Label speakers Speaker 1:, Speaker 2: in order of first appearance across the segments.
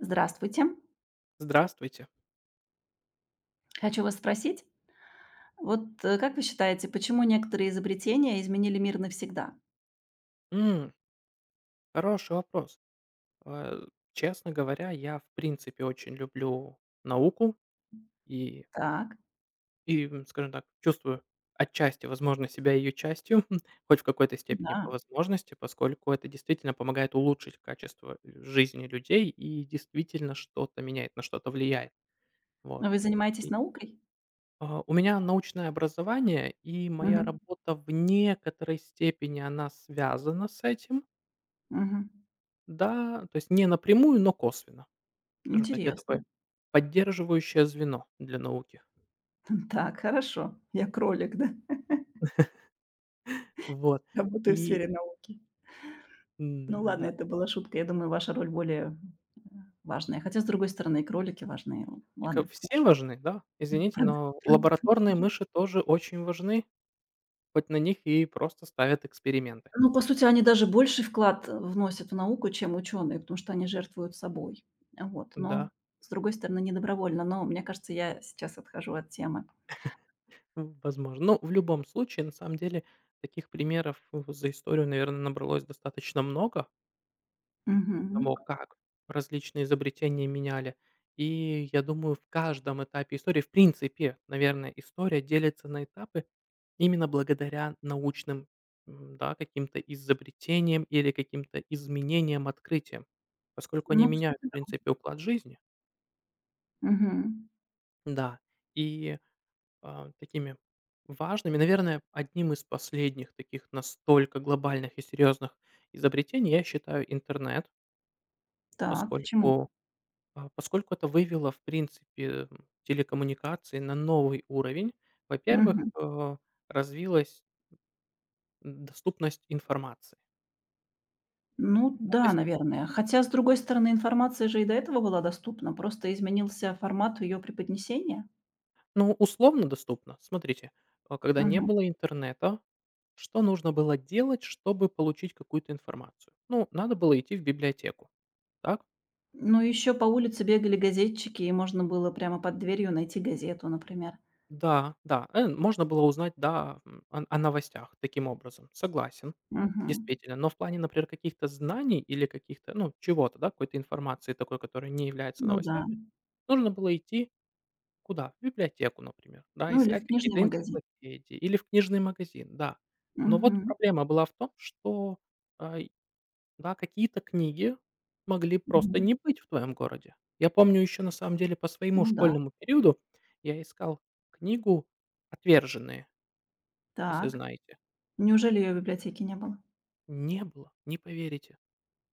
Speaker 1: Здравствуйте.
Speaker 2: Здравствуйте.
Speaker 1: Хочу вас спросить, как вы считаете, почему некоторые изобретения изменили мир навсегда?
Speaker 2: М, Хороший вопрос. Э, Честно говоря, я, в принципе, очень люблю науку и
Speaker 1: Так,
Speaker 2: и скажем так, чувствую отчасти, возможно, себя ее частью, хоть в какой-то степени по
Speaker 1: да.
Speaker 2: возможности, поскольку это действительно помогает улучшить качество жизни людей и действительно что-то меняет, на что-то влияет. Вот.
Speaker 1: А вы занимаетесь
Speaker 2: И,
Speaker 1: наукой?
Speaker 2: а, у меня научное образование, и моя
Speaker 1: Мгм,
Speaker 2: работа в некоторой степени, она связана с этим.
Speaker 1: мгм.
Speaker 2: Да, то есть не напрямую, но косвенно. Скажем так, я такое
Speaker 1: Интересно.
Speaker 2: поддерживающее звено для науки.
Speaker 1: Так, хорошо. Я кролик, да?
Speaker 2: Вот.
Speaker 1: Работаю в
Speaker 2: И
Speaker 1: сфере науки. Ну ладно,
Speaker 2: да,
Speaker 1: это была шутка. Я думаю, ваша роль более, э, важная. Хотя, с другой стороны, и кролики важны.
Speaker 2: и как
Speaker 1: Ладно,
Speaker 2: все
Speaker 1: хорошо.
Speaker 2: важны, да, извините, но
Speaker 1: Прод
Speaker 2: лабораторные
Speaker 1: прод
Speaker 2: мыши тоже очень важны, хоть на них и просто ставят эксперименты.
Speaker 1: Ну, по сути, они даже больший вклад вносят в науку, чем ученые, потому что они жертвуют собой. А вот, но
Speaker 2: Да,
Speaker 1: с другой стороны, не добровольно. Но мне кажется, я сейчас отхожу от темы.
Speaker 2: в возможно. Но в любом случае, на самом деле, таких примеров в за историю, наверное, набралось достаточно много, м,
Speaker 1: Мгм.
Speaker 2: того, как различные изобретения меняли. И я думаю, в каждом этапе истории, в принципе, наверное, история делится на этапы именно благодаря научным, да, каким-то изобретениям или каким-то изменениям, открытиям, поскольку они
Speaker 1: Ну,
Speaker 2: меняют,
Speaker 1: кстати,
Speaker 2: в
Speaker 1: да.
Speaker 2: принципе, уклад жизни.
Speaker 1: Мгм.
Speaker 2: Да, и такими важными, наверное, одним из последних таких настолько глобальных и серьезных изобретений я считаю интернет.
Speaker 1: Так, почему?
Speaker 2: Поскольку А, поскольку это вывело, в принципе, телекоммуникации на новый уровень, во-первых,
Speaker 1: Мгм.
Speaker 2: развилась доступность информации.
Speaker 1: Ну
Speaker 2: Ну, то
Speaker 1: да,
Speaker 2: есть,
Speaker 1: наверное. Хотя, с другой стороны, информация же и до этого была доступна, просто изменился формат ее преподнесения.
Speaker 2: ну, условно доступно. Смотрите, когда не
Speaker 1: Мгм.
Speaker 2: было интернета, что нужно было делать, чтобы получить какую-то информацию? Ну, надо было идти в библиотеку, так?
Speaker 1: Ну, еще по улице бегали газетчики, и можно было прямо под дверью найти газету, например.
Speaker 2: Да, да, можно было узнать, да, о новостях таким образом. Согласен,
Speaker 1: Мгм.
Speaker 2: действительно. Но в плане, например, каких-то знаний или каких-то, ну, чего-то, да, какой-то информации такой, которая не является
Speaker 1: Ну да.
Speaker 2: новостями, нужно было идти куда? В библиотеку, например, да,
Speaker 1: Ну или
Speaker 2: искать
Speaker 1: в книжный
Speaker 2: какие-то
Speaker 1: магазин.
Speaker 2: энциклопедии или в книжный магазин, да. Но вот
Speaker 1: Мгм,
Speaker 2: проблема была в том, что, а да, какие-то книги могли просто
Speaker 1: мгм.
Speaker 2: не быть в твоем городе. Я помню еще, на самом деле, по своему
Speaker 1: Ну да.
Speaker 2: школьному периоду я искал книгу «Отверженные», если
Speaker 1: Так.
Speaker 2: знаете.
Speaker 1: Неужели ее в библиотеке не было?
Speaker 2: Не было, не поверите,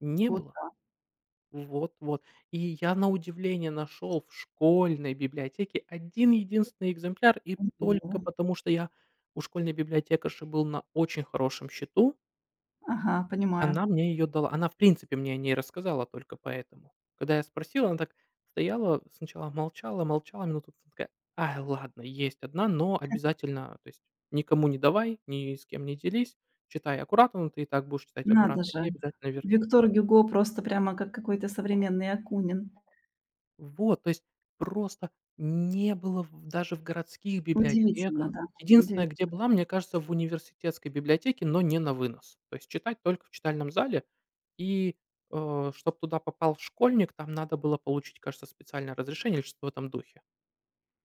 Speaker 2: не
Speaker 1: Вот
Speaker 2: было.
Speaker 1: так.
Speaker 2: Вот, вот. И я на удивление нашел в школьной библиотеке один единственный экземпляр, и
Speaker 1: Ого.
Speaker 2: только потому, что я у школьной библиотекарши был на очень хорошем счету.
Speaker 1: Ага, понимаю.
Speaker 2: Она мне ее дала. Она, в принципе, мне о ней рассказала только поэтому. Когда я спросил, она так стояла, сначала молчала, молчала минуту, потом такая: «А ладно, есть одна, но обязательно, то есть никому не давай, ни с кем не делись, читай аккуратно, ну, ты и так будешь читать
Speaker 1: Надо
Speaker 2: аккуратно, и
Speaker 1: же.
Speaker 2: обязательно верни».
Speaker 1: Виктор Гюго просто прямо как какой-то современный Акунин.
Speaker 2: Вот, то есть просто не было в даже в городских
Speaker 1: Удивительно,
Speaker 2: библиотеках.
Speaker 1: да,
Speaker 2: Единственное,
Speaker 1: удивительно.
Speaker 2: где была, мне кажется, в университетской библиотеке, но не на вынос. То есть читать только в читальном зале. И чтобы туда попал школьник, там надо было получить, кажется, специальное разрешение или что-то в этом духе.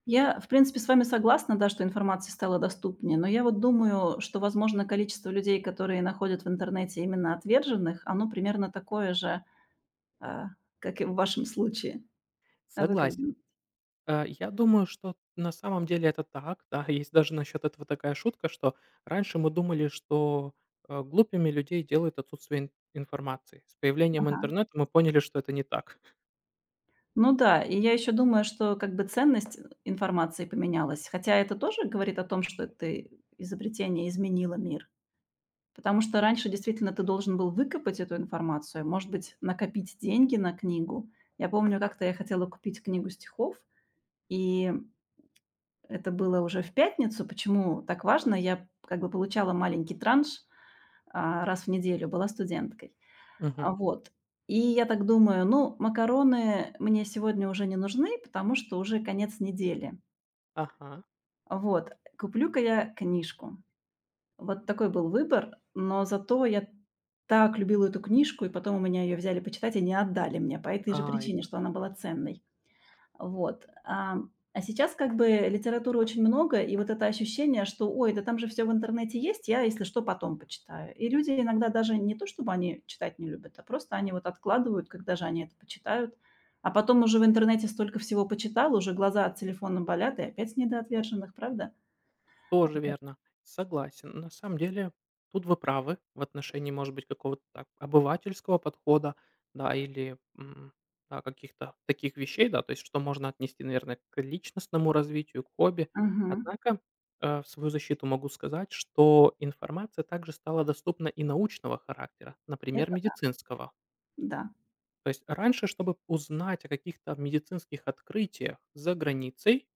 Speaker 1: Я, в принципе, с вами согласна, да, что информации стало доступнее, но я вот думаю, что, возможно, количество людей, которые находят в интернете именно отверженных, оно примерно такое же, а, как и в вашем случае. А вы как
Speaker 2: Согласен.
Speaker 1: думаете?
Speaker 2: Я думаю, что на самом деле это так. Да, есть даже насчет этого такая шутка, что раньше мы думали, что, глупыми людей делает отсутствие ин информации. С появлением интернета мы поняли, что это не так.
Speaker 1: Ну да, и я еще думаю, что как бы ценность информации поменялась, хотя это тоже говорит о том, что это изобретение изменило мир. Потому что раньше действительно ты должен был выкопать эту информацию, может быть, накопить деньги на книгу. Я помню, как-то я хотела купить книгу стихов, и это было уже в пятницу. Почему так важно? Я как бы получала маленький транш раз в неделю, была студенткой.
Speaker 2: Мгм.
Speaker 1: А вот. И я так думаю, ну, макароны мне сегодня уже не нужны, потому что уже конец недели.
Speaker 2: Ага.
Speaker 1: Вот, куплю-ка я книжку. Вот такой был выбор, но зато я так любила эту книжку, и потом у меня ее взяли почитать и не отдали мне по этой
Speaker 2: А,
Speaker 1: же
Speaker 2: и
Speaker 1: причине, что
Speaker 2: ш
Speaker 1: она была ценной. Вот. А сейчас как бы литературы очень много, и вот это ощущение, что, ой, да там же все в интернете есть, я, если что, потом почитаю. И люди иногда даже не то чтобы они читать не любят, а просто они вот откладывают, когда же они это почитают. А потом уже в интернете столько всего почитал, уже глаза от телефона болят, и опять с недоотверженных, правда?
Speaker 2: Тоже
Speaker 1: Вот.
Speaker 2: верно. Согласен. На самом деле, тут вы правы в отношении, может быть, какого-то так обывательского подхода, да, или, да, каких-то таких вещей, да, то есть, что можно отнести, наверное, к личностному развитию, к хобби.
Speaker 1: Мгм.
Speaker 2: Однако, в свою защиту могу сказать, что информация также стала доступна и научного характера, например,
Speaker 1: Это
Speaker 2: медицинского.
Speaker 1: да.
Speaker 2: То есть раньше, чтобы узнать о каких-то медицинских открытиях за границей,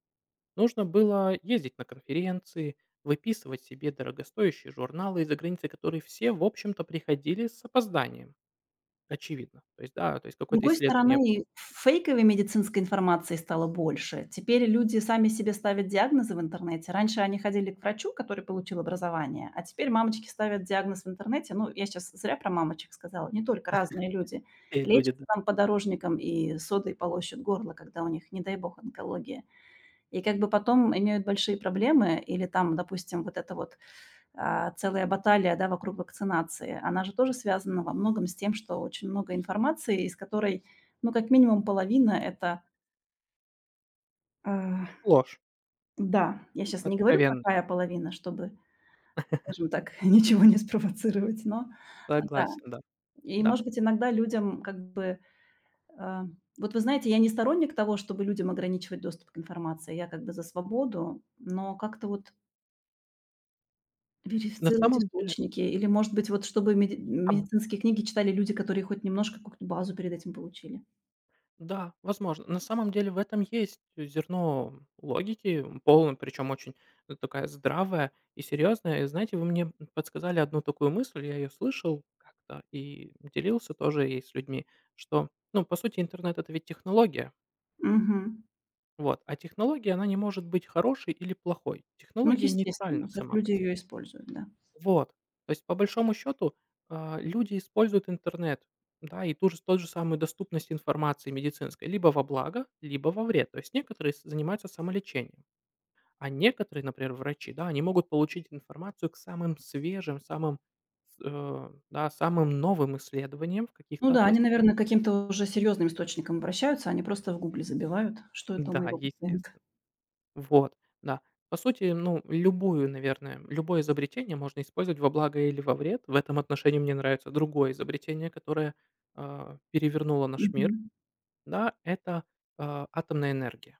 Speaker 2: нужно было ездить на конференции, выписывать себе дорогостоящие журналы из-за границы, которые все, в общем-то, приходили с опозданием, очевидно. То есть, да, то есть
Speaker 1: С
Speaker 2: какое-то
Speaker 1: другой
Speaker 2: исследование,
Speaker 1: стороны, фейковой медицинской информации стало больше. Теперь люди сами себе ставят диагнозы в интернете. Раньше они ходили к врачу, который получил образование, а теперь мамочки ставят диагноз в интернете. Ну, я сейчас зря про мамочек сказала, не только, разные люди.
Speaker 2: все люди,
Speaker 1: Лечат
Speaker 2: да.
Speaker 1: там подорожником и содой полощут горло, когда у них, не дай бог, онкология. И как бы потом имеют большие проблемы или там, допустим, вот это вот целая баталия, да, вокруг вакцинации. Она же тоже связана во многом с тем, что очень много информации, из которой, ну, как минимум половина — это, а,
Speaker 2: Ложь
Speaker 1: да, я сейчас не говорю,
Speaker 2: откровенная,
Speaker 1: какая половина, чтобы, скажем так, ничего не спровоцировать, но да.
Speaker 2: согласен, да,
Speaker 1: И,
Speaker 2: да.
Speaker 1: может быть, иногда людям как бы, а вот вы знаете, я не сторонник того, чтобы людям ограничивать доступ к информации. Я как бы за свободу, но как-то вот
Speaker 2: На
Speaker 1: верифицировать
Speaker 2: самом деле,
Speaker 1: источники или, может быть, вот чтобы медицинские книги читали люди, которые хоть немножко какую-то базу перед этим получили.
Speaker 2: да, возможно. На самом деле в этом есть зерно логики, полное, причем очень, такая здравая и серьезная. И знаете, вы мне подсказали одну такую мысль, я ее слышал как-то и делился тоже ей с людьми, что, ну, по сути, интернет — это ведь технология.
Speaker 1: Мгм.
Speaker 2: Вот, а технология, она не может быть хорошей или плохой.
Speaker 1: Ну,
Speaker 2: Технология нейтральна
Speaker 1: естественно, как
Speaker 2: сама по
Speaker 1: люди ее
Speaker 2: себе.
Speaker 1: используют, да.
Speaker 2: Вот. То есть, по большому счету, люди используют интернет, да, и тот же самую доступность информации медицинской либо во благо, либо во вред. То есть некоторые занимаются самолечением, а некоторые, например, врачи, да, они могут получить информацию к самым свежим, самым, с- э, да, самым новым исследованиям в
Speaker 1: Ну
Speaker 2: каких-то
Speaker 1: да, они,
Speaker 2: областях.
Speaker 1: наверное, к каким-то уже серьезным источникам обращаются, они просто в «Гугле» забивают: «Что это у
Speaker 2: Да,
Speaker 1: моего пациента?»
Speaker 2: естественно. Вот, да. По сути, ну, любую, наверное, любое изобретение можно использовать во благо или во вред. В этом отношении мне нравится другое изобретение, которое, перевернуло наш мир.
Speaker 1: Мгм.
Speaker 2: Да, это, атомная энергия.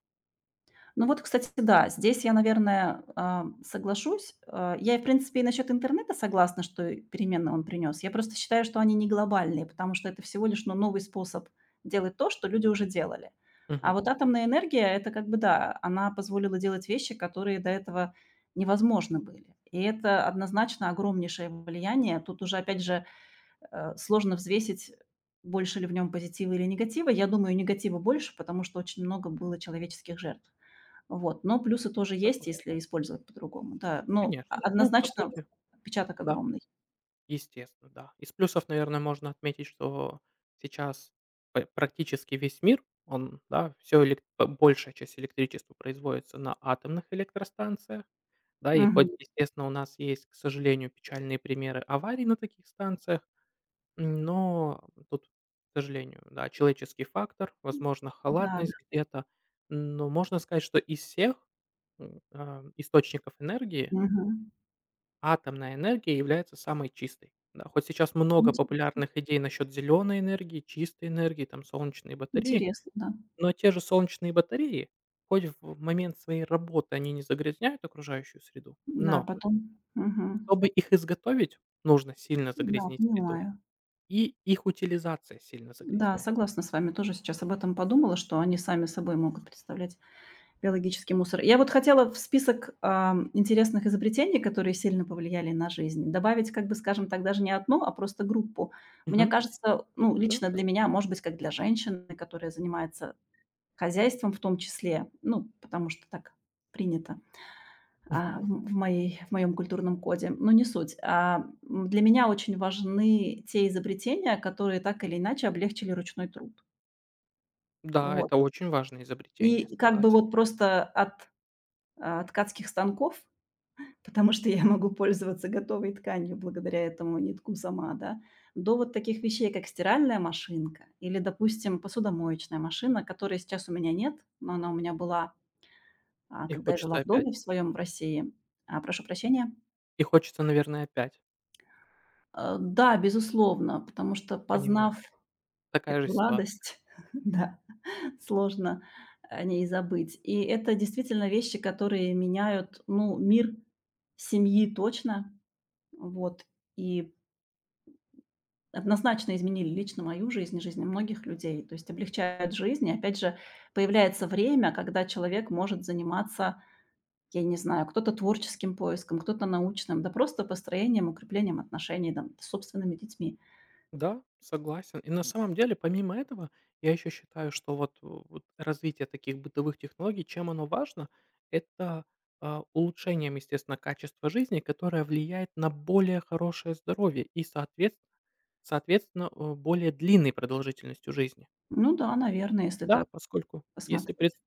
Speaker 1: Ну вот, кстати, да, здесь я, наверное, соглашусь. В принципе, и насчет интернета согласна, что и перемены он принес. Я просто считаю, что они не глобальные, потому что это всего лишь, ну, новый способ делать то, что люди уже делали.
Speaker 2: Мгм.
Speaker 1: А вот атомная энергия — это как бы, да, она позволила делать вещи, которые до этого невозможны были. И это однозначно огромнейшее влияние. Тут уже, опять же, сложно взвесить, больше ли в нем позитива или негатива. Я думаю, негатива больше, потому что очень много было человеческих жертв. Вот, но плюсы тоже
Speaker 2: Точно?
Speaker 1: есть, если использовать по-другому, да. Но
Speaker 2: Конечно.
Speaker 1: о
Speaker 2: Ну, по
Speaker 1: однозначно
Speaker 2: сути,
Speaker 1: отпечаток
Speaker 2: да,
Speaker 1: огромный.
Speaker 2: естественно, да. Из плюсов, наверное, можно отметить, что сейчас практически весь мир, он, да, все большая часть электричества производится на атомных электростанциях. Да, и хоть,
Speaker 1: Мгм.
Speaker 2: естественно, у нас есть, к сожалению, печальные примеры аварий на таких станциях, но тут, к сожалению, да, человеческий фактор, возможно,
Speaker 1: Да, да.
Speaker 2: халатность где-то. Но можно сказать, что из всех, источников энергии
Speaker 1: Мгм.
Speaker 2: атомная энергия является самой чистой. Да, хоть сейчас много
Speaker 1: Интересно,
Speaker 2: популярных идей насчет зеленой энергии, чистой энергии, там солнечные батареи,
Speaker 1: интересно, да.
Speaker 2: но те же солнечные батареи, хоть в момент своей работы они не загрязняют окружающую среду,
Speaker 1: Да,
Speaker 2: но
Speaker 1: потом. Мгм.
Speaker 2: Чтобы их изготовить, нужно сильно
Speaker 1: Да,
Speaker 2: загрязнить среду,
Speaker 1: понимаю.
Speaker 2: и их утилизация сильно
Speaker 1: Да,
Speaker 2: загрязняет среду.
Speaker 1: согласна с вами. Тоже сейчас об этом подумала, что они сами собой могут представлять биологический мусор. Я вот хотела в список, интересных изобретений, которые сильно повлияли на жизнь, добавить, как бы, скажем так, даже не одну, а просто группу. Мне
Speaker 2: Мгм.
Speaker 1: кажется, ну,
Speaker 2: Лучше.
Speaker 1: лично для меня, может быть, как для женщины, которая занимается хозяйством в том числе, ну, потому что так принято, в моей в моем культурном коде, но не суть. Для меня очень важны те изобретения, которые так или иначе облегчили ручной труд.
Speaker 2: Да,
Speaker 1: Вот.
Speaker 2: это очень важное изобретение,
Speaker 1: И как бы
Speaker 2: согласен.
Speaker 1: вот просто от ткацких станков, потому что я могу пользоваться готовой тканью благодаря этому, нитку сама, да. До вот таких вещей, как стиральная машинка или, допустим, посудомоечная машина, которой сейчас у меня нет, но она у меня была
Speaker 2: И
Speaker 1: когда я
Speaker 2: хочется
Speaker 1: жила в
Speaker 2: опять.
Speaker 1: доме в своем в России. А, прошу прощения.
Speaker 2: И хочется, наверное, опять.
Speaker 1: Да, безусловно, потому что,
Speaker 2: Понимаю.
Speaker 1: познав
Speaker 2: Такая же
Speaker 1: эту
Speaker 2: ситуация.
Speaker 1: радость, да, сложно о ней забыть. И это действительно вещи, которые меняют, ну, мир семьи точно. Вот. И однозначно изменили лично мою жизнь и жизнь многих людей. То есть облегчают жизнь. И опять же, появляется время, когда человек может заниматься, я не знаю, кто-то творческим поиском, кто-то научным, да просто построением, укреплением отношений там с собственными детьми.
Speaker 2: Да, согласен. И на самом деле, помимо этого, я еще считаю, что вот развитие таких бытовых технологий, чем оно важно, это, улучшением, естественно, качества жизни, которое влияет на более хорошее здоровье и, соответственно, более длинной продолжительностью жизни.
Speaker 1: Ну да, наверное, если
Speaker 2: Да,
Speaker 1: так
Speaker 2: поскольку если,
Speaker 1: посмотреть.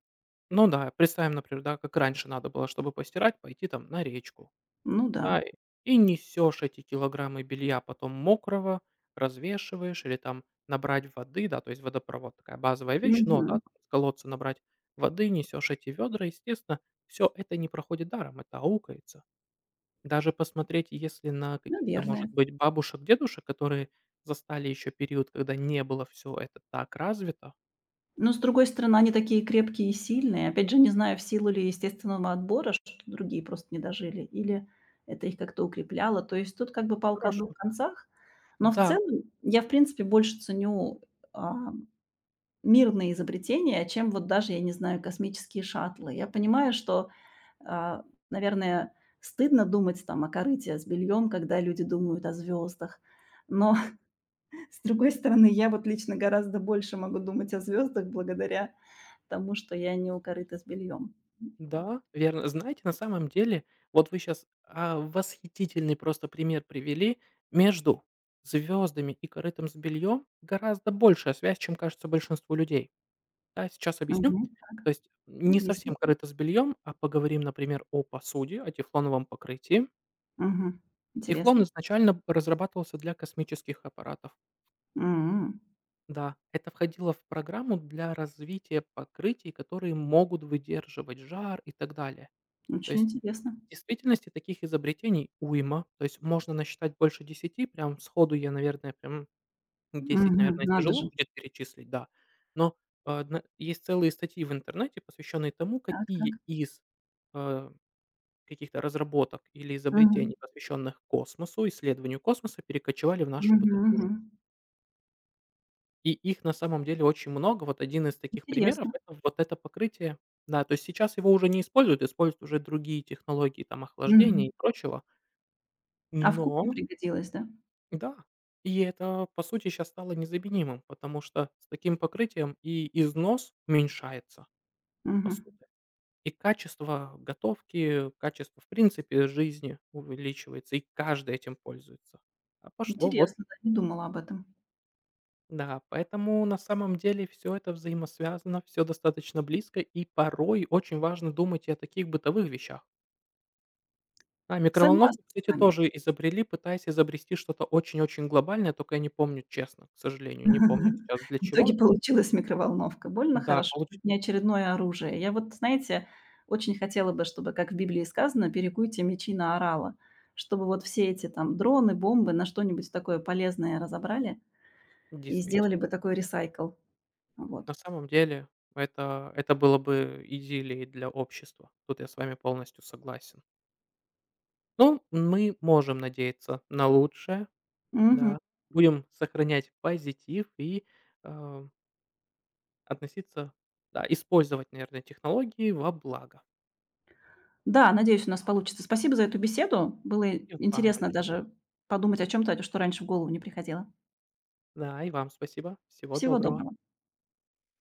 Speaker 2: представим, например, да, как раньше надо было, чтобы постирать, пойти там на речку,
Speaker 1: Ну да.
Speaker 2: да, и несешь эти килограммы белья потом мокрого, развешиваешь или там набрать воды, да, то есть водопровод такая базовая вещь, но, да,
Speaker 1: Мгм.
Speaker 2: там из колодца набрать воды, несешь эти ведра, естественно, все это не проходит даром, это аукается. Даже посмотреть, если на каких-то, может
Speaker 1: Наверное.
Speaker 2: быть, бабушек, дедушек, которые застали еще период, когда не было все это так развито.
Speaker 1: Но, с другой стороны, они такие крепкие и сильные. Опять же, не знаю, в силу ли естественного отбора, что другие просто не дожили, или это их как-то укрепляло. То есть тут как бы палка о 2
Speaker 2: Хорошенько.
Speaker 1: концах. Но в
Speaker 2: Да.
Speaker 1: целом я, в принципе, больше ценю, а, мирные изобретения, чем вот даже, я не знаю, космические шаттлы. Я понимаю, что, а, наверное, стыдно думать там о корыте с бельем, когда люди думают о звездах. Но с другой стороны, я вот лично гораздо больше могу думать о звездах благодаря, потому что я не у корыта с бельем. а,
Speaker 2: Да, верно. Знаете, на самом деле, вот вы сейчас восхитительный просто пример привели. Между звездами и корытом с бельем гораздо большая связь, чем кажется большинству людей. Да, сейчас объясню.
Speaker 1: Мгм.
Speaker 2: То есть не
Speaker 1: Объясни.
Speaker 2: совсем корыто с бельем, а поговорим, например, о посуде, о тефлоновом покрытии.
Speaker 1: Мгм.
Speaker 2: Тефлон
Speaker 1: Интересно.
Speaker 2: изначально разрабатывался для космических аппаратов.
Speaker 1: М.
Speaker 2: Да, это входило в программу для развития покрытий, которые могут выдерживать жар и так далее. То
Speaker 1: Очень
Speaker 2: есть
Speaker 1: интересно.
Speaker 2: в действительности таких изобретений уйма. То есть можно насчитать больше 10. Прям сходу я, наверное, прям 10,
Speaker 1: Мгм.
Speaker 2: наверное,
Speaker 1: Надо
Speaker 2: тяжело
Speaker 1: же.
Speaker 2: будет перечислить, да. Но, а, на есть целые статьи в интернете, посвященные тому,
Speaker 1: Так,
Speaker 2: какие
Speaker 1: так.
Speaker 2: из, а, каких-то разработок или
Speaker 1: Мгм.
Speaker 2: изобретений, посвященных космосу, исследованию космоса, перекочевали в нашу
Speaker 1: Мгм,
Speaker 2: бытовую
Speaker 1: мгм.
Speaker 2: жизнь. И их на самом деле очень много. Вот один из таких примеров —
Speaker 1: Интересно.
Speaker 2: это вот это покрытие. Да, то есть сейчас его уже не используют, используют уже другие технологии там охлаждения и
Speaker 1: Мгм.
Speaker 2: прочего.
Speaker 1: А в
Speaker 2: Но
Speaker 1: кухне пригодилось, да?
Speaker 2: да, и это, по сути, сейчас стало незаменимым, потому что с таким покрытием и износ уменьшается, по
Speaker 1: Мгм.
Speaker 2: сути, и качество готовки, качество, в принципе, жизни увеличивается, и каждый этим пользуется. А пошло вот
Speaker 1: Интересно, да, не думала об этом.
Speaker 2: да, поэтому на самом деле все это взаимосвязано, все достаточно близко, и порой очень важно думать и о таких бытовых вещах. Микроволновку,
Speaker 1: Согласна с
Speaker 2: кстати,
Speaker 1: вами.
Speaker 2: тоже изобрели, пытаясь изобрести что-то очень-очень глобальное, только я не помню, честно, к сожалению, не помню сейчас для
Speaker 1: В
Speaker 2: чего.
Speaker 1: итоге получилась микроволновка. Больно
Speaker 2: Да,
Speaker 1: хорошо,
Speaker 2: получ
Speaker 1: хоть не очередное оружие. Я вот, знаете, очень хотела бы, чтобы, как в Библии сказано, «перекуйте мечи на орала», чтобы вот все эти там дроны, бомбы на что-нибудь такое полезное разобрали и сделали
Speaker 2: действительно.
Speaker 1: бы такой ресайкл.
Speaker 2: На
Speaker 1: Вот.
Speaker 2: самом деле это было бы идиллией для общества. Тут я с вами полностью согласен. Ну, мы можем надеяться на лучшее,
Speaker 1: Мгм.
Speaker 2: да. Будем сохранять позитив и, э, относиться да, использовать, наверное, технологии во благо.
Speaker 1: Да, надеюсь, у нас получится. Спасибо за эту беседу. Было
Speaker 2: И вам
Speaker 1: интересно
Speaker 2: большое.
Speaker 1: даже подумать о чем то что раньше в голову не приходило.
Speaker 2: Да, и вам спасибо. Всего
Speaker 1: Всего
Speaker 2: доброго.
Speaker 1: доброго.